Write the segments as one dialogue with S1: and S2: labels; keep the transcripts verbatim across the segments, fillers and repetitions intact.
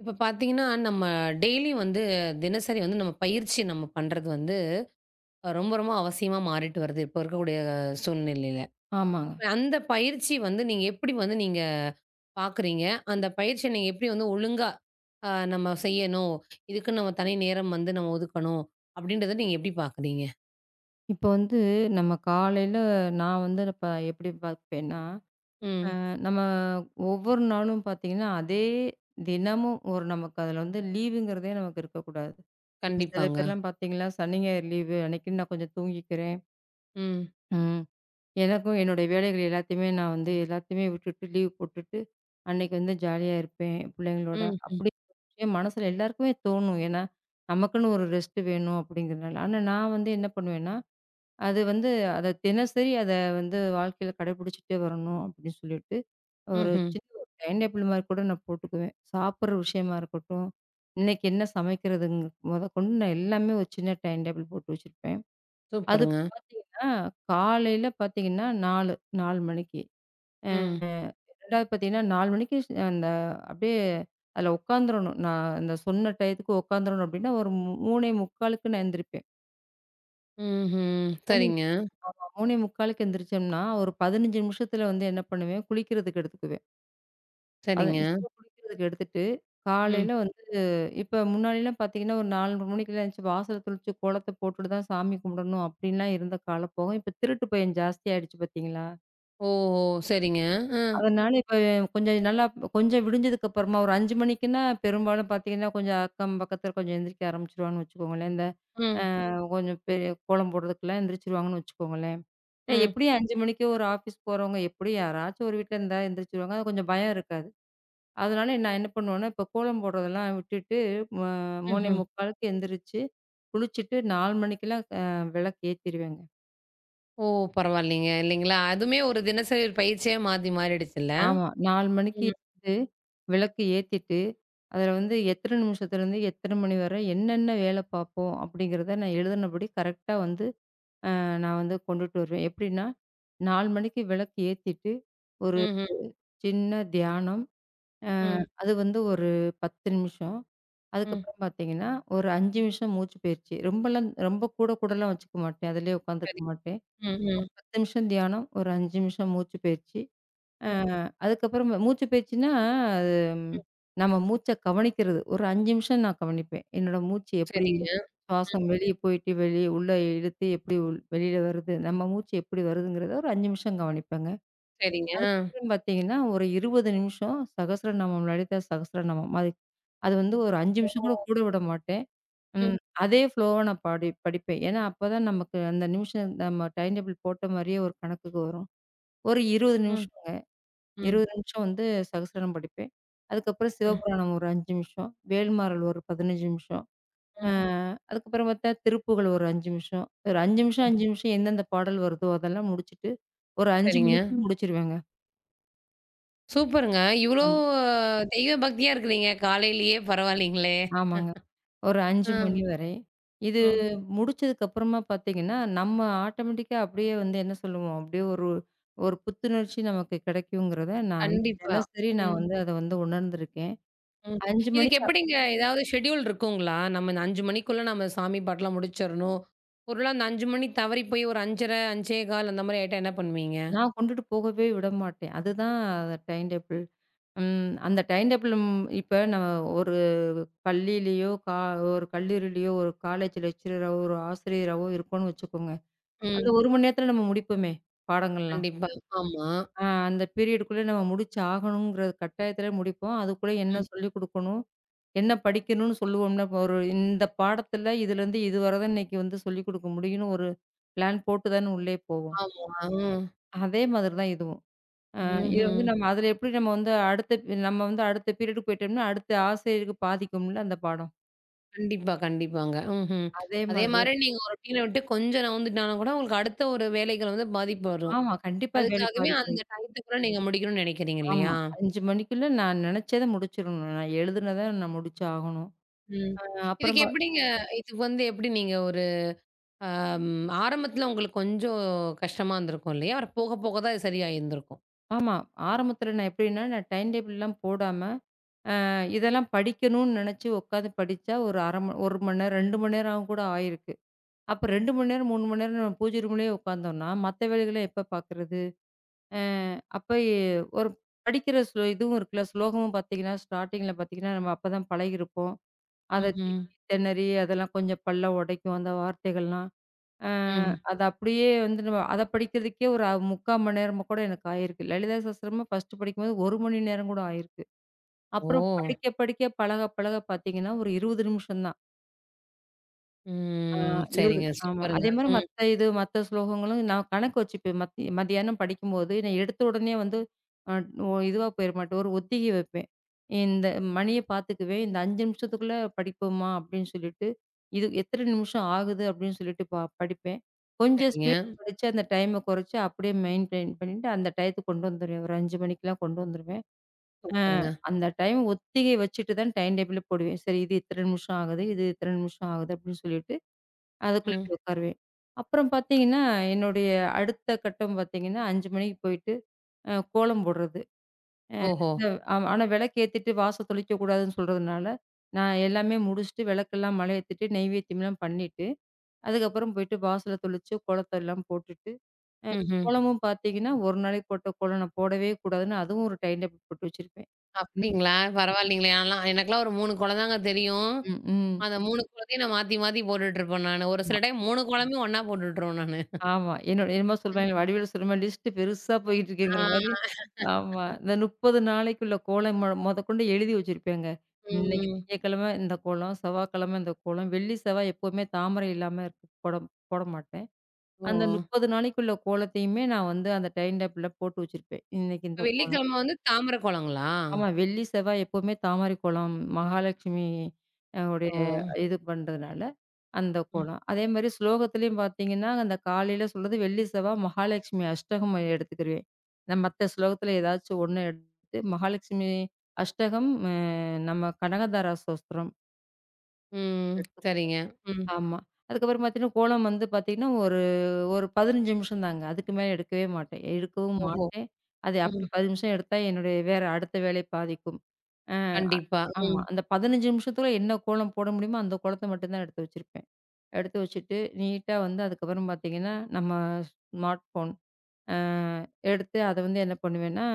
S1: இப்ப பார்த்தீங்கன்னா, நம்ம டெய்லி வந்து தினசரி வந்து நம்ம பயிற்சி நம்ம பண்றது வந்து ரொம்ப, ரொம்ப அவசியமா மாறிட்டு வருது. இப்போ இருக்கக்கூடிய சூழ்நிலையில.
S2: ஆமாங்க.
S1: அப்ப அந்த பயிற்சி வந்து நீங்க எப்படி வந்து நீங்க பார்க்குறீங்க? அந்த பயிற்சிய நீங்க எப்படி வந்து ஒழுங்கா அ நம்ம செய்யணும். இதுக்குன்னு நம்ம தனி நேரம் வந்து நம்ம ஒதுக்கணும். அப்படின்றத நீங்க எப்படி பார்க்குறீங்க?
S2: இப்போ வந்து நம்ம காலையில நான் வந்து இப்ப எப்படி பார்ப்பேன்னா, அ
S1: ம்.
S2: நம்ம ஒவ்வொரு நாளும் பார்த்தீங்கன்னா, அதே தினமும் ஒரு நமக்கு அதில வந்து லீவுங்கிறதே நமக்கு இருக்கக்கூடாது. இப்போ சில
S1: கண்டிப்பாங்க.
S2: பேர்லாம் பார்த்தீங்கன்னா, சனி, ஞாயிறு லீவு அன்னைக்குன்னு நான் கொஞ்சம் தூங்கிக்கிறேன்.
S1: ம்.
S2: ம். எனக்கும் என்னுடைய வேலைகள் எல்லாத்தையுமே நான் வந்து எல்லாத்தையுமே விட்டுட்டு லீவ் போட்டுட்டு, அன்னைக்கு வந்து ஜாலியா இருப்பேன் பிள்ளைங்களோட.
S1: ம். ம்.
S2: அப்படி என் மனசுல எல்லாருக்குமே தோணும். ஏன்னா, நமக்குன்னு ஒரு ரெஸ்ட் வேணும் அப்படிங்கிறனால. ஆனா நான் வந்து என்ன பண்ணுவேன்னா, அது வந்து அத தினசரி அத வந்து வாழ்க்கையில கடைபிடிச்சுட்டே வரணும் அப்படின்னு சொல்லிட்டு, ஒரு
S1: ம்ஹ்ம்.
S2: சின்ன ஒரு டைம் டேபிள் மாரி கூட நான் போட்டுக்குவேன். சாப்பிடுற விஷயமா இருக்கட்டும், இன்னைக்கு என்ன சமைக்கிறதுங் மொதக்கொண்டு நான் எல்லாமே ஒரு சின்ன டைம் டேபிள் போட்டு வச்சிருப்பேன். அது
S1: சூப்பருங்க.
S2: பார்த்தீங்கன்னா, காலையில பார்த்தீங்கன்னா நாலு நாலு மணிக்கு. அ
S1: ம்.
S2: 2வது பார்த்தீங்கன்னா நாலு மணிக்கு ஸ் அந்த அப்படியே அதில உட்காந்துரணும். நான் அந்த சொன்ன டயத்துக்கு உட்காந்துரணும் அப்படின்னா, ஒரு 3:45க்கு நான் எந்திரிப்பேன்.
S1: ம்ஹ்ம். சரிங்க,
S2: மூன்று நாற்பத்தி ஐந்து ஆமா. 3:45க்கு எந்திரிச்சோம்னா, ஒரு பதினைந்து நிமிஷத்துல வந்து என்ன பண்ணுவேன், குளிக்கிறதுக்கு எடுத்துக்குவேன்.
S1: சரிங்க.
S2: பதினைந்து நிமிஷம் குளிக்கிறதுக்கு எடுத்துட்டு,
S1: ம்.
S2: காலையில வந்து இப்ப முன்னாடிலாம் பாத்தீங்கன்னா, ஒரு நான்கு முப்பது மணிக்கெல்லாம் எந்திரிச்சு வாசல தெளிச்சு, கோலத்த போட்டுட்டு தான் சாமி கும்பிடணும் அப்படின்லாம் இருந்த காலம் போக, இப்ப திருட்டு பயம் ஜாஸ்தியாயிடுச்சு பாத்தீங்களா?
S1: ஓஹோ! சரிங்க. அ.
S2: அதனால இப்ப கொஞ்சம் நல்லா கொஞ்சம் விடிஞ்சதுக்கு அப்புறமா ஒரு அஞ்சு மணிக்குன்னா பெரும்பாலும் பாத்தீங்கன்னா, கொஞ்சம் அக்கம் பக்கத்துல கொஞ்சம் எந்திரிக்க ஆரம்பிச்சுருவாங்கன்னு வச்சுக்கோங்களேன். இந்த
S1: ம்.
S2: கொஞ்சம் பெரிய கோலம் போடுறதுக்குலாம் எந்திரிச்சுருவாங்கன்னு வச்சுக்கோங்களேன். ஏ
S1: ம்.
S2: எப்படியும் ஐந்து மணிக்கு ஒரு ஆஃபீஸ் போறவங்க, எப்படியும் யாராச்சும் ஒரு வீட்ல இருந்தா எந்திரிச்சுருவாங்க. அது கொஞ்சம் பயம் இருக்காது. அதனால நான் என்ன பண்ணுவேன்னா, இப்ப கோலம் போடுறதெல்லாம் விட்டுட்டு, ம
S1: ம்ஹ்ம்.
S2: 3:45க்கு எந்திரிச்சு, குளிச்சுட்டு நான்கு மணிக்கெல்லாம் அ விளக்கு ஏத்திருவேங்க.
S1: ஓ! பரவாயில்லைங்க. இல்லைங்களா? அதுவுமே ஒரு தினசரி ஒரு பயிற்சியா மாத்தி மாறிடுச்சுல்ல?
S2: ஆமா. நான்கு மணிக்கு
S1: ம்.
S2: எழுந்து, விளக்கு ஏத்திட்டு, அதில வந்து எத்தன நிமிஷத்துலேருந்து எத்தன மணி வரை என்னென்ன வேலை பார்ப்போம் அப்படிங்கிறத நான் எழுதுனபடி கரெக்ட்டா வந்து அ நான் வந்து கொண்டுட்டு வருவேன். எப்படின்னா, நான்கு மணிக்கு விளக்கு ஏத்திட்டு, ஒரு
S1: ம்ஹ்ம்.
S2: சின்ன தியானம்
S1: ம்.
S2: அது வந்து ஒரு பத்து நிமிஷம்.
S1: ம்.
S2: அதுக்கப்புறம் பார்த்தீங்கன்னா, ஒரு ஐந்து நிமிஷம் மூச்சு பயிற்சி. ரொம்பலாம் ரொம்ப கூட கூடலாம் வச்சுக்க மாட்டேன். அதிலேயே
S1: சரி.
S2: உட்காந்துருக்க மாட்டேன்.
S1: ம். ம்.
S2: பத்து நிமிஷம் தியானம், ஒரு ஐந்து நிமிஷம் மூச்சு பயிற்சி. அ
S1: ம்.
S2: அதுக்கப்புறம் மூச்சு பயிற்சின்னா, அது
S1: ம்.
S2: நம்ம மூச்ச கவனிக்கிறது. ஒரு ஐந்து நிமிஷம் நான் கவனிப்பேன். என்னோட மூச்சு எப்படி
S1: சரிங்க.
S2: சுவாசம்
S1: ம்.
S2: வெளிய போயிட்டு, வெளிய உள்ள இழுத்து எப்படி உள் வெளியில வருது, நம்ம மூச்சு எப்படி வருதுங்கிறத ஒரு ஐந்து நிமிஷம் கவனிப்பேங்க.
S1: சரிங்க. ஆ.
S2: அதுக்கப்புறம் பார்த்தீங்கன்னா, ஒரு இருபது நிமிஷம் சகஸ்ரநாமம், லலிதா சகஸ்ரநாமம். அது அது வந்து ஒரு ஐந்து
S1: ஓ!
S2: நிமிஷம் கூட கூட விட மாட்டேன்.
S1: ம்.
S2: ம். அதே ஃப்ளோவா நான் பாடி படிப்பேன். ஏன்னா, அப்பதான் நமக்கு அந்த நிமிஷம் நம்ம டைம் டேபிள் போட்ட மாரியே ஒரு கணக்குக்கு வரும். ஒரு இருபது
S1: ம்.
S2: நிமிஷங்க.
S1: ம்.
S2: இருபது நிமிஷம் வந்து சகஸ்ரநாமம் படிப்பேன். அதுக்கப்புறம்
S1: ம்.
S2: சிவபுராணம் ஒரு ஐந்து நிமிஷம், வேல்மாறல் ஒரு பதினைந்து நிமிஷம். அ
S1: ம்.
S2: அதுக்கப்புறம் பார்த்தா திருப்புகழ் ஒரு ஐந்து நிமிஷம். ஒரு ஐந்து நிமிஷம், ஐந்து நிமிஷம் எந்தெந்த பாடல் வருதோ அதெல்லாம் முடிச்சுட்டு, ஒரு ஐந்து
S1: சரிங்க.
S2: மணிக்குள்ள முடிச்சிருவேங்க.
S1: சூப்பருங்க. இவ்ளோ
S2: அம்
S1: தெய்வ பக்தியா இருக்கிறீங்க. காலையிலேயே பரவாயில்லைங்களே!
S2: ஆமாங்க. ஒரு ஐந்து
S1: ஆ.
S2: மணி வரை. இது
S1: ம்.
S2: முடிச்சதுக்கு அப்புறமா பார்த்தீங்கன்னா, நம்ம ஆட்டோமேட்டிக்கா அப்படியே வந்து என்ன சொல்லுவோம், அப்படியே ஒரு ஒரு புத்துணர்ச்சி நமக்கு கிடைக்குங்கிறத நான் வந்து
S1: கண்டிப்பா.
S2: தினசரி நான்
S1: ம்.
S2: வந்து அத வந்து உணர்ந்திருக்கேன்.
S1: ம்.
S2: ஐந்து
S1: இதுக்கு
S2: மணிக்கு அப்
S1: எப்படிங்க ஏதாவது ஷெட்யூல் இருக்குங்களா? நம்ம இந்த ஐந்து மணிக்குள்ள நம்ம சாமி பாட்டெல்லாம் முடிச்சிரணும். ஒருவேள அந்த ஐந்து மணி தவறி போய் ஒரு ஐந்து முப்பது, ஐந்து பதினைந்து அந்த மாரி ஆயிட்டா என்ன பண்ணுவீங்க?
S2: நான் கொண்டுட்டு போகவே விடமாட்டேன். அதுதான் டைம் டேபிள். ம் அந்த டைம் டேபிள் ம் இப்ப நம்ம ஒரு பள்ளியிலயோ, கா ஒரு கல்லூரியிலயோ, ஒரு காலேஜ் லெக்சரராவோ, ஒரு ஆசிரியராவோ இருக்கோம்னு வச்சுக்கோங்க. அந்த
S1: ம்.
S2: ஒரு மணி நேரத்தில நம்ம முடிப்போமே! பாடங்கள்லாம்.
S1: கண்டிப்பா. ஆமா.
S2: ஆ அந்த பீரியடுக்குள்ள நம்ம முடிச்சு ஆகணுங்கிற கட்டாயத்துல முடிப்போம். அதுக்குள்ள என்ன
S1: ம்.
S2: சொல்லிக் குடுக்கணும், என்ன படிக்கணும்னு சொல்லுவோம்னா, இப்போ ஒரு இந்த பாடத்துல இதுலேருந்து இதுவர தான் இன்னைக்கு வந்து சொல்லிக் குடுக்க முடியும்னு ஒரு பிளான் போட்டு தானே உள்ளே போவோம்.
S1: ஆமா. ம்.
S2: அதே மாதிரி தான் இதுவும். அ இது
S1: ம்ஹ்ம்.
S2: வந்து நம்ம அதுல எப்படி நம்ம வந்து அடுத்த பி- நம்ம வந்து அடுத்த பீரியடுக்கு போயிட்டோம்னா, அடுத்த ஆசிரியருக்கு பாதிக்கும்ல அந்த பாடம்.
S1: கண்டிப்பா, கண்டிப்பாங்க. ம்ஹ்ம்.
S2: அதே
S1: அதே
S2: மாதிரி
S1: மாரி நீங்க ஒரு ரொட்டீன விட்டு கொஞ்சம் நவுந்துட்டாலும் கூட, உங்களுக்கு அடுத்த ஒரு வேலைகள் வந்து பாதிப்பு வரும்.
S2: ஆமா கண்டிப்பா வேலை
S1: அதுக்காகவே அந்த
S2: பாதிப்படையும்.
S1: டயத்துக்குள்ள நீங்க முடிக்கணும்னு நெனைக்கிறீங்க
S2: ஆமா
S1: இல்லையா?
S2: ஐந்து மணிக்குள்ள நான் நெனச்சத முடிச்சிரணும். நான் எழுதுனத நான் முடிச்சு ஆகணும்.
S1: ம்.
S2: அ அப்புறம்
S1: இதுக்கு
S2: பா
S1: எப்படிங்க இதுக்கு வந்து எப்படி நீங்க ஒரு அம் ஆரம்பத்துல உங்களுக்கு கொஞ்சம் கஷ்டமா இருந்திருக்கும் இல்லையா? அப்புறம் போக போக தான் அது சரியாயிருந்திருக்கும்.
S2: ஆமா. ஆரம்பத்தில நான் எப்படின்னா, நான் டைம் டேபிள்லாம் போடாம, அ இதெல்லாம் படிக்கணும்னு நெனச்சு உட்காந்து படிச்சா, ஒரு அரை மணி ஒரு மணி நேரம், ரெண்டு மணி நேரம் கூட ஆயிருக்கு. அப்ப ரெண்டு மணி நேரம், மூன்று மணி நேரம் நம்ம பூஜை ரூம்லேயே உட்காந்தோம்னா, மத்த வேலைகள எப்ப பார்க்குறது? அ அப்ப எ- ஒரு படிக்கிற ஸ்லோ இதுவும் இருக்குல்ல, ஸ்லோகமும் பார்த்தீங்கன்னா, ஸ்டார்ட்டிங்கில பார்த்தீங்கன்னா, நம்ம அப்பதான் பழகியிருப்போம். அத
S1: ம்ஹ்ம்.
S2: திக்கி திணறி, அதெல்லாம் கொஞ்சம் பல்ல உடைக்கும் அந்த வார்த்தைகள்லாம். அ
S1: ம்.
S2: அது அப்படியே வந்து நம்ம அத படிக்கிறதுக்கே ஒரு முக்கால் மணி நேரமா கூட எனக்கு ஆயிருக்கு. லலிதா சஹஸ்ரம ஃபர்ஸ்ட் படிக்கும்போது ஒரு மணி நேரம் கூட ஆயிருக்கு.
S1: ஓ!
S2: அப்புறம் படிக்க படிக்க பழக பழக பார்த்தீங்கன்னா, ஒரு இருபது நிமிஷம் தான். ஆ
S1: ம்.
S2: இருபது
S1: சரிங்க.
S2: ஆமா.
S1: சூப்பருங்க.
S2: அதே மாரி
S1: ம்.
S2: மத்த இது மத்த ஸ்லோகங்களும் நான் கணக்கு வச்சுப்பேன். மத் மத்தியானம் படிக்கும்போது நான் எடுத்த உடனே வந்து அ ஒ இதுவா போயிற மாட்டேன். ஒரு ஒத்திகை வைப்பேன். இந்த மணிய பார்த்துக்குவேன். இந்த ஐந்து நிமிஷத்துக்குள்ள படிப்போமா அப்படின்னு சொல்லிட்டு, இது எத்தன நிமிஷம் ஆகுது அப்படின்னு சொல்லிட்டு ப படிப்பேன். கொஞ்சம்
S1: சரிங்க.
S2: ஸ்பீட் படிச்சு அந்த டைம குறைச்சு அப்படியே மெயின்டெயின் பண்ணிட்டு அந்த டயத்துக்கு கொண்டு வந்துருவேன். ஒரு ஐந்து மணிக்கெல்லாம் கொண்டு வந்துருவேன். ஆ
S1: சூப்பருங்க.
S2: அந்த டைம் ஒத்திகை வச்சுட்டு தான் டைம் டேபிளே போடுவேன். சரி இது இத்தன நிமிஷம் ஆகுது, இது இத்தன நிமிஷம் ஆகுது அப்படின்னு சொல்லிட்டு அதுக்குள்ள
S1: ம்.
S2: போய் உட்காருவேன். அப்புறம் பார்த்தீங்கன்னா, என்னுடைய அடுத்த கட்டம் பார்த்தீங்கன்னா, ஐந்து மணிக்கு போயிட்டு அ கோலம் போடுறது. அ
S1: ஓஹோ!
S2: இந்த ஆமா. ஆனா விளக்கு ஏத்திட்டு வாசல் தெளிக்கக்கூடாதுன்னு சொல்றதுனால, நான் எல்லாமே முடிச்சுட்டு விளக்கெல்லாம் மழை ஏத்திட்டு, நெய்வேத்தியம்லாம் பண்ணிட்டு, அதுக்கப்புறம் போயிட்டு வாசல தெளிச்சு, கோலத்த எல்லாம் போட்டுட்டு, அ
S1: ம்ஹ்ம்.
S2: கோலமும் பார்த்தீங்கன்னா, ஒரு நாளைக்கு போட்ட கோலம் நான் போடவே கூடாதுன்னு, அதுவும் ஒரு டைம் டேபிள் போட்டு வச்சிருப்பேன். ம்,
S1: அப்படிங்களா? பரவாயில்லைங்களே! நான்லாம் எனக்கெல்லாம் ஒரு மூணு குழந்தாங்க தெரியும்.
S2: ம், ம்.
S1: அந்த மூணு குழந்தையும் நான் மாத்தி, மாத்தி போட்டுட்டுருப்பேன் நானு. ஒரு
S2: ஆமா.
S1: சில டைம் மூணு குழம்பையும் ஒண்ணா போட்டுட்டுருவேன் நானு.
S2: ஆமா. என்னோட என்னமோ
S1: ம்.
S2: சொல்றாங்க வடிவேலு சொல்ற மாரி லிஸ்ட் பெருசா போயிட்டு
S1: ஆ,
S2: இருக்குங்கிற மாரி. ஆமா. இந்த முப்பது நாளைக்குள்ள கோலம் மொ மொதக்கொண்டு எழுதி வச்சிருப்பேங்க. இன்னைக்கு
S1: ம்.
S2: திங்கட்கிழமை இந்த கோலம், செவ்வாய்க்கிழமை இந்த கோலம், வெள்ளி, செவ்வாய் எப்பவுமே தாமரை இல்லாம இருக்கு போட போட மாட்டேன்.
S1: ஓ!
S2: அந்த முப்பது நாளைக்குள்ள கோலத்தையுமே நான் வந்து அந்த டைம் டேபிள்ல போட்டு வச்சிருப்பேன். இன்னைக்கு இந்த
S1: இப்ப
S2: கோலம்.
S1: வெள்ளிக்கிழமை வந்து தாமரை கோலங்களா?
S2: ஆமா. வெள்ளி, செவ்வாய் எப்பவுமே தாமரை கோலம், மகாலட்சுமி அ உடைய
S1: ஓ!
S2: இது பண்றதுனால, அந்த
S1: ம்,
S2: கோலம். அதே மாரி ஸ்லோகத்திலயும் பார்த்தீங்கன்னா, அந்த காலையில சொல்றது வெள்ளி, செவ்வாய், மகாலட்சுமி அஷ்டகம் எடுத்துக்கிருவேன். நான் மத்த ஸ்லோகத்தில ஏதாச்சும் ஒண்ணு எடுத்து, மகாலட்சுமி அஷ்டகம் அ நம்ம கனகதாரா ஸ்தோத்திரம்
S1: ம்.
S2: எடுத்துக்குவேன்.
S1: சரிங்க. ம்.
S2: ஆமா. அதுக்கப்புறம் பார்த்தீங்கன்னா, கோலம் வந்து பார்த்தீங்கன்னா, ஒரு ஒரு பதினைந்து நிமிஷம் தாங்க. அதுக்கு மேல எடுக்கவே மாட்டேன். எடுக்கவும்
S1: ஓஹோ!
S2: மாட்டேன். அது அப்படி
S1: ம்.
S2: பதினைந்து நிமிஷம் எடுத்தா என்னுடைய வேற அடுத்த வேலை பாதிக்கும்.
S1: கண்டிப்பா.
S2: ஆமா.
S1: ம்,
S2: அந்த பதினைந்து நிமிஷத்துல என்ன கோலம் போட முடியுமோ, அந்த கோலத்த மட்டும் தான் எடுத்து வச்சிருப்பேன். எடுத்து வச்சுட்டு, நீட்டா வந்து அதுக்கப்புறம் பார்த்தீங்கன்னா, நம்ம ஸ்மார்ட் ஃபோன் அ எடுத்து அத வந்து என்ன பண்ணுவேன்னா,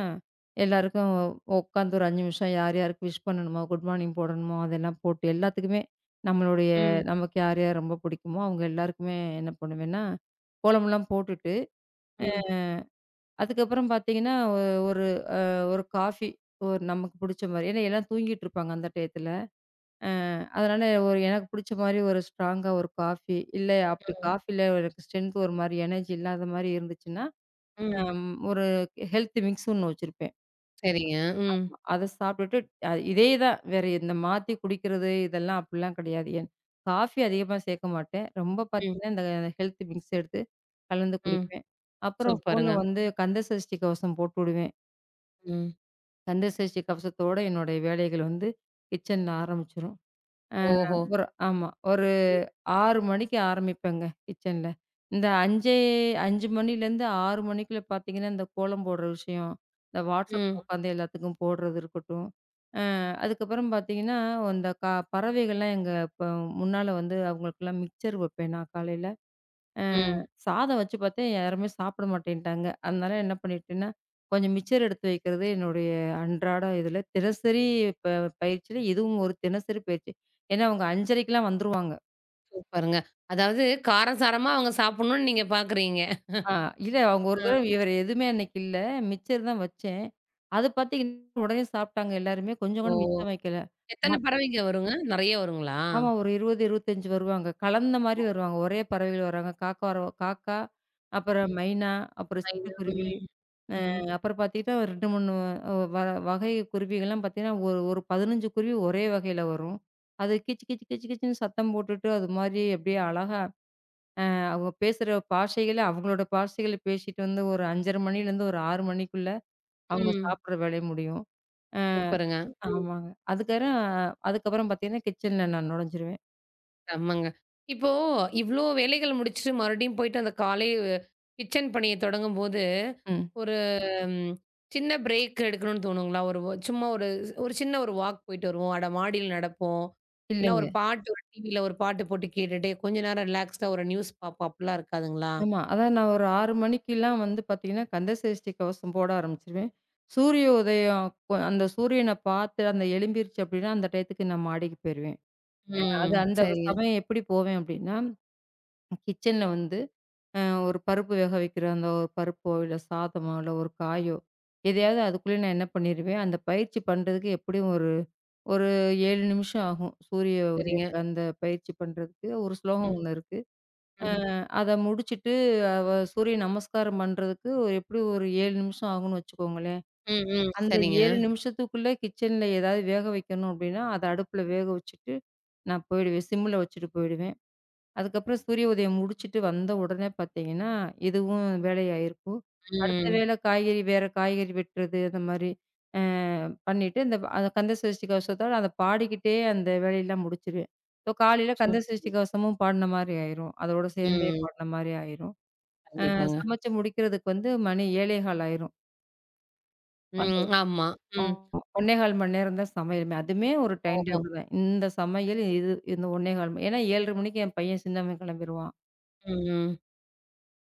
S2: எல்லாருக்கும் உட்காந்து ஒரு ஐந்து நிமிஷம் யார் யாருக்கு விஷ் பண்ணணுமோ, குட் மார்னிங் போடணுமோ, அதெல்லாம் போட்டு எல்லாத்துக்குமே நம்மளுடைய
S1: ம்,
S2: நமக்கு யார் யார் ரொம்ப பிடிக்குமோ, அவங்க எல்லாருக்குமே என்ன பண்ணுவேன்னா, கோலமெல்லாம் போட்டுட்டு,
S1: ம்,
S2: அ அதுக்கப்புறம் பார்த்தீங்கன்னா, ஒ ஒரு ஒரு காஃபி ஒரு நமக்கு பிடிச்ச மாரி ஏன்னா எல்லாம் தூங்கிட்டு இருப்பாங்க அந்த டயத்துல. அ அதனால ஒரு எனக்கு புடிச்ச மாரி ஒரு ஸ்ட்ராங்கா ஒரு காஃபி, இல்ல அப்படி
S1: ம்,
S2: காஃபில எனக்கு ஸ்ட்ரென்த் ஒரு மாரி எனர்ஜி இல்லாத மாரி இருந்துச்சுன்னா,
S1: ம்.
S2: அம் ஒரு ஹெல்த் மிக்ஸ் ஒண்ணு வச்சிருப்பேன்.
S1: சரிங்க. ம்,
S2: அத சாப்பிட்டுட்டு அ இதே தான் வேற இந்த மாத்தி குடிக்கிறது இதெல்லாம் அப்படிலாம் கிடையாது. என் காஃபி அதிகமா சேர்க்க மாட்டேன். ரொம்ப
S1: ம்,
S2: பார்த்தீங்கன்னா, இந்த ஹெல்த் மிக்ஸ் எடுத்து கலந்து
S1: ம்.
S2: குடிப்பேன். அப்புறம் ஃபோன்ல
S1: சூப்பருங்க.
S2: வந்து கந்த சஷ்டி கவசம் போட்டு விடுவேன்.
S1: ம்.
S2: கந்த சஷ்டி கவசத்தோட என்னுடைய வேலைகள் வந்து கிச்சன்ல ஆரம்பிச்சுரும். அ
S1: ஓஹோ!
S2: ஒரு ஆமா. ஒரு
S1: ம்,
S2: ஆறு மணிக்கு ஆரம்பிப்பேங்க கிச்சன்ல. இந்த ஐந்து ஐந்து மணிலேருந்து ஆறு மணிக்குள்ள பார்த்தீங்கன்னா, இந்த கோலம் போடுற விஷயம், இந்த WhatsAppல
S1: ம்,
S2: உட்காந்து எல்லாத்துக்கும் போடுறது இருக்கட்டும். அ அதுக்கப்புறம் பார்த்தீங்கன்னா, இந்த க பறவைகள்லாம் எங்க இப்ப முன்னால வந்து அவங்களுக்கெல்லாம் மிக்சர் வைப்பேன் நான் காலையில. அ
S1: ம்.
S2: சாதம் வச்சு பார்த்தேன் யாருமே சாப்பிட மாட்டேன்ட்டாங்க. அதனால என்ன பண்ணிட்டேன்னா, கொஞ்சம் மிச்சர் எடுத்து வைக்கிறது என்னுடைய அன்றாட இதில தினசரி ப பயிற்சியில இதுவும் ஒரு தினசரி பயிற்சி. ஏன்னா அவங்க 5:30க்கெல்லாம் வந்துருவாங்க.
S1: சூப்பருங்க. அதாவது காரசாரமா அவங்க சாப்பிடணும்னு நீங்க பார்க்குறீங்க.
S2: ஆ, இல்ல அவங்க ஒரு தடவ
S1: ஆ.
S2: வேற எதுவுமே அன்னைக்கு இல்ல. மிச்சர் தான் வச்சேன். அது பார்த்தீங்கன்னா, உடனே சாப்பிட்டாங்க எல்லாருமே. கொஞ்சம் கூட
S1: ஓ!
S2: மிச்சம் வைக்கல. ம
S1: எத்தன பறவைங்க வருங்க? நெறைய வருங்களா?
S2: ஆமா ஒரு இருபது, இருபத்தி ஐந்து வருவாங்க. கலந்த மாரி
S1: ஓ!
S2: வருவாங்க. ஒரே பறவைகள் வராங்க. காக்கா வர காக்கா, அப்புறம் மைனா, அப்புறம்
S1: ஐனா
S2: சிட்டுக்குருவி,
S1: ம்.
S2: அ
S1: ம்.
S2: அப்புறம் பார்த்தீங்கன்னா ரெண்டு, மூன்று அ வ வகை குருவிகள்லாம் பார்த்தீங்கன்னா, ஒரு ஒரு பதினைந்து குருவி ஒரே வகையில வரும். அது கீச்சு கீச்சு கீச்சு கீச்சுன்னு சத்தம் போட்டுட்டு, அது மாரி அப்படியே அழகா அ அவங்க பேசுற பாஷைகள அவங்களோட பாஷைகள பேசிட்டு வந்து ஒரு ஐந்தரை மணிலேருந்து ஒரு ஆறு மணிக்குள்ள அவங்க
S1: ம்.
S2: சாப்பிடுற வேலையும் முடியும். அ
S1: சூப்பருங்க. ம்.
S2: ஆமாங்க. அதுக்கறம் அதுக்கப்புறம் பார்த்தீங்கன்னா, கிச்சன்ல நான் நுழைஞ்சிருவேன்.
S1: செம்மங்க. இப்போ இவ்ளோ வேலைகள் முடிச்சுட்டு மறுபடியும் போயிட்டு அந்த காலை கிச்சன் பணிய தொடங்கும்போது,
S2: ம்.
S1: ஒரு ம் சின்ன பிரேக் எடுக்கணும்னு தோணுங்களா? ஒரு வ சும்மா ஒரு ஒரு சின்ன ஒரு வாக் போயிட்டு வருவோம். அட மாடியில நடப்போம். இல்ல
S2: இல்லைங்க.
S1: ஒரு பாட்டு ஒரு டிவில ஒரு பாட்டு போட்டு கேட்டுட்டு, கொஞ்ச நேரம் ரிலாக்ஸ்டா ஒரு நியூஸ் பார்ப்போம். அப்டிலாம் இருக்காதுங்களா?
S2: ஆமா. அதான் நான் ஒரு ஆறு மணிக்கெல்லாம் வந்து பார்த்தீங்கன்னா, கந்த சஷ்டி கவசம் போட ஆரம்பிச்சுருவேன். சூரிய உதயம் கொ அந்த சூரியன பார்த்து அந்த எழும்பிருச்சு அப்படின்னா, அந்த டயத்துக்கு நான் மாடிக்கு போயிருவேன்.
S1: ம்.
S2: அது அந்த
S1: சரிங்க,
S2: சமயம் எப்படி போவேன் அப்படின்னா, கிச்சன்ல வந்து அ ஒரு பருப்பு வேக வைக்கிற அந்த ஒரு பருப்போ, இல்ல சாதமோ, இல்ல ஒரு காயோ, எதையாவது அதுக்குள்ளே நான் என்ன பண்ணிருவேன், அந்த பயிற்சி பண்றதுக்கு எப்படியும் ஒரு ஒரு ஏழு நிமிஷம் ஆகும். சூரிய உதய
S1: சரிங்க.
S2: அந்த பயிற்சி பண்றதுக்கு. ஒரு ஸ்லோகம்
S1: ம்.
S2: ஒண்ணு இருக்கு.
S1: ம்.
S2: அத முடிச்சுட்டு அவ சூரிய நமஸ்காரம் பண்றதுக்கு எப்படியும் ஒரு ஏழு நிமிஷம் ஆகும்னு வச்சுக்கோங்களேன்.
S1: ம். ம்.
S2: அந்த
S1: சரிங்க.
S2: ஏழு நிமிஷத்துக்குள்ள கிச்சன்ல ஏதாவது வேக வைக்கணும் அப்படின்னா, அத அடுப்புல வேக வச்சுட்டு நான் போயிடுவேன். சிம்ல வச்சுட்டு போயிடுவேன். அதுக்கப்புறம் சூரிய உதயம் முடிச்சுட்டு வந்த உடனே பார்த்தீங்கன்னா, இதுவும் வேலையாயிருக்கும். அடுத்த
S1: ம்.
S2: வேளை காய்கறி வேற காய்கறி வெட்டுறது அந்த மாரி அ பண்ணிட்டு, இந்த ப- அந்த கந்த சஷ்டி கவசத்தோட அத பாடிக்கிட்டே அந்த வேலையெல்லாம் முடிச்சுருவேன். இப்போ காலையில கந்த
S1: சூப்பர்.
S2: சஷ்டி கவசமும் பாடுன மாரி ஆயிரும். அதோட சேர்ந்தே
S1: ம்.
S2: பாடுன மாரி ஆயிரும். அ
S1: கண்டிப்பாங்க.
S2: சமைச்சு முடிக்கிறதுக்கு வந்து மணி ஏழே கால் ஆயிரும். அந்த
S1: ம். ஆமா. ம்.
S2: ஒன்று கால் மணி நேரம் தான் சமையலுமே. அதுமே ஒரு டைம்
S1: ஓஹோ!
S2: டேபிள் தான். இந்த சமையல் இது இந்த ஒன்று கால் மணி ஏன்னா ஏழு முப்பது மணிக்கு என் பையன் சின்னவன் கிளம்பிருவான்.
S1: ம், ம்.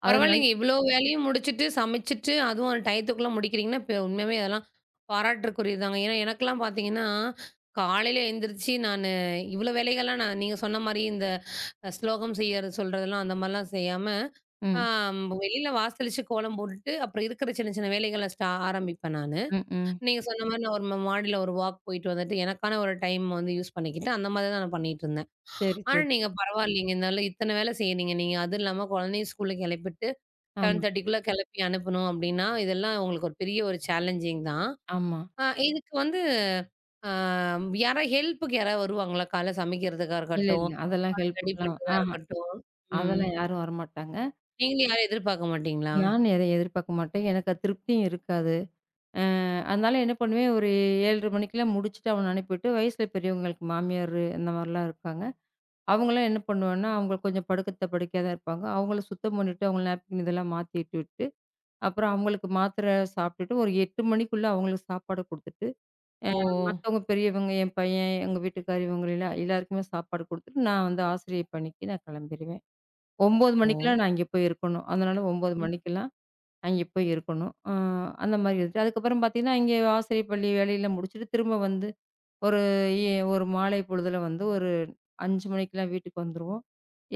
S2: அதனால
S1: பரவாயில்லைங்க. இவ்ளோ வேலையும் முடிச்சுட்டு, சமைச்சுட்டு, அதுவும் அந்த டயத்துக்குள்ள முடிக்கிறீங்கன்னா, இப்ப உண்மையாவே அதெல்லாம் பாராட்டுக்குரியதுதாங்க. ஏன்னா, எனக்கெல்லாம் பார்த்தீங்கன்னா, காலையில எந்திரிச்சு நானு இவ்ளோ வேலைகள்லாம் நான் நீங்க சொன்ன மாரி இந்த அ ஸ்லோகம் செய்யறது, சொல்றதெல்லாம் அந்த மாரிலாம் செய்யாம, ஆ
S2: ம்.
S1: வெளியில வாசலிச்சு கோலம் போட்டுட்டு, அப்புறம் இருக்கிற சின்ன சின்ன வேலைகள ஸ்டா ஆரம்பிப்பேன் நானு.
S2: ம்ஹ்ம்.
S1: நீங்க சொன்ன மாரி நான் ஒரு ம மாடில ஒரு வாக் போயிட்டு வந்துட்டு, எனக்கான ஒரு டைம் வந்து யூஸ் பண்ணிக்கிட்டு, அந்த மாதிரி தான் நான் பண்ணிட்டுருந்தேன்.
S2: சரி,
S1: ஆனா,
S2: சரி.
S1: நீங்க பரவாயில்லைங்க. இருந்தாலும் இத்தன வேலை செய்றீங்க நீங்க. அதுவும் இல்லாம குழந்தைய ஸ்கூல்ல கிளப்பிட்டு
S2: ஆமா,
S1: 7:30க்குள்ள கிளப்பி அனுப்பணும் அப்படின்னா, இதெல்லாம் உங்களுக்கு ஒரு பெரிய ஒரு சேலஞ்சிங் தான்.
S2: ஆமா.
S1: அ இதுக்கு வந்து அ யாரா ஹெல்ப்புக்கு யாராவது வருவாங்களா? காலைல சமைக்கிறதுக்கா
S2: இல்ல,
S1: இருக்கட்டும்,
S2: இல்ல. அதெல்லாம்
S1: குழந்தைய ரெடி
S2: ஹெல்ப்புக்குலாம்
S1: பண்றதா
S2: ஆஹா,
S1: இருக்கட்டும். ம்.
S2: அதெல்லாம் யாரும் வரமாட்டாங்க.
S1: நீங்களும் யாரையும் எதிர்பார்க்க மாட்டீங்களா?
S2: நானும் எத எதிர்பார்க்க மாட்டேன். எனக்கு அது திருப்தியும் இருக்காது. அ அதனால என்ன பண்ணுவேன், ஒரு ஏழு முப்பது மணிக்கெல்லாம் முடிச்சுட்டு அவன அனுப்பிட்டு, வயசுல பெரியவங்களுக்கு மாமியாரு அந்த மாரிலாம் இருக்காங்க. அவங்கலாம் என்ன பண்ணுவேன்னா, அவங்க கொஞ்சம் படுக்கத்த படுக்கையா தான் இருப்பாங்க. அவங்கள சுத்தம் பண்ணிட்டு, அவங்கள நேப்கின் இதெல்லாம் மாத்தி விட்டுட்டு, அப்புறம் அவங்களுக்கு மாத்திரை சாப்பிட்டுட்டு, ஒரு எட்டு மணிக்குள்ள அவங்களுக்கு சாப்பாடு குடுத்துட்டு அ
S1: ஓ!
S2: மத்தவங்க பெரியவங்க, என் பையன், எங்க வீட்டுக்காரர் இவங்களலாம் எல்லாருக்குமே சாப்பாடு குடுத்துட்டு, நான் வந்து ஆசிரியை பணிக்கு நான் கிளம்பிருவேன். ஒன்பது
S1: ஓ!
S2: மணிக்கெல்லாம் நான் அங்கே போய் இருக்கணும். அதனால ஒன்பது
S1: ம்.
S2: மணிக்கெல்லாம் அங்கே போய் இருக்கணும். அ அந்த மாரி இருந்துச்சு. அதுக்கப்புறம் பார்த்தீங்கன்னா, இங்கே ஆசிரியர் பள்ளி வேலையெல்லாம் முடிச்சுட்டு திரும்ப வந்து ஒரு எ ஒரு மாலை பொழுதில வந்து ஒரு ஐந்து மணிக்கெல்லாம் வீட்டுக்கு வந்துருவோம்.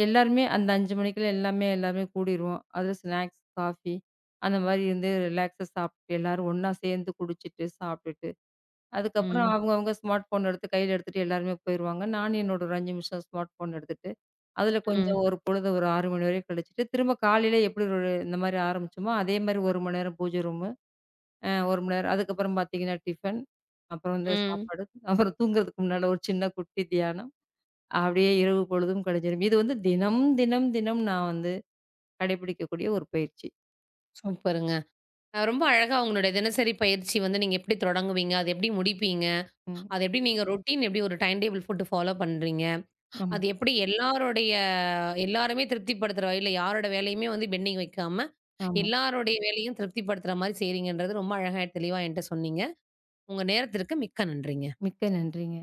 S2: எல்லாருமே அந்த ஐந்து மணிக்கெல்லாம் எல்லாமே எல்லாருமே கூடிருவோம். அதில ஸ்நாக்ஸ், காஃபி அந்த மாரி இருந்து ரிலாக்ஸா சாப்பிட்டு எல்லாரும் ஒண்ணா சேர்ந்து குடிச்சிட்டு, சாப்பிட்டுட்டு அதுக்கப்புறம்
S1: ம்.
S2: அவங்கவங்க ஸ்மார்ட் ஃபோன் எடுத்து கையில எடுத்துட்டு எல்லாருமே போயிருவாங்க. நானும் என்னோட ஒரு ஐந்து நிமிஷம் ஸ்மார்ட் ஃபோன் எடுத்துட்டு, அதில கொஞ்சம்
S1: ம்.
S2: ஒரு பொழுது ஒரு ஆறு மணி வரையும் கழிச்சுட்டு, திரும்ப காலையில எப்படி ஒரு இந்த மாரி ஆரம்பிச்சோமோ, அதே மாரி ஒரு மணி நேரம் பூஜை ரூமு, அ ஒரு மணி நேரம் அதுக்கப்புறம் பார்த்தீங்கன்னா டிஃபன், அப்புறம் வந்து
S1: ம்.
S2: சாப்பாடு, அப்புறம் தூங்குறதுக்கு முன்னால ஒரு சின்ன குட்டி தியானம். அப்படியே இரவு பொழுதும் கழிஞ்சிரும். இது வந்து தினம், தினம், தினம் நான் வந்து கடைபிடிக்கக்கூடிய ஒரு பயிற்சி.
S1: சூப்பருங்க. அ ரொம்ப அழகா உங்களுடைய தினசரி பயிற்சி வந்து நீங்க எப்படி தொடங்குவீங்க? அது எப்படி முடிப்பீங்க?
S2: ம்.
S1: அது எப்படி நீங்க ரொட்டீன் எப்படி ஒரு டைம் டேபிள் போட்டு ஃபாலோ பண்றீங்க?
S2: ஆமா,
S1: அது எப்படி எல்லாருடைய எல்லாருமே திருப்திப்படுத்துற வகையில யாரோட வேலையுமே வந்து பெண்டிங் வைக்காம,
S2: ஆமா.
S1: எல்லாருடைய வேலையும் திருப்திப்படுத்துற மாரி செய்றீங்கன்றது ரொம்ப அழகா தெளிவா என்ட்ட சொன்னீங்க. உங்க நேரத்திற்கு மிக்க நன்றிங்க.
S2: மிக்க நன்றிங்க.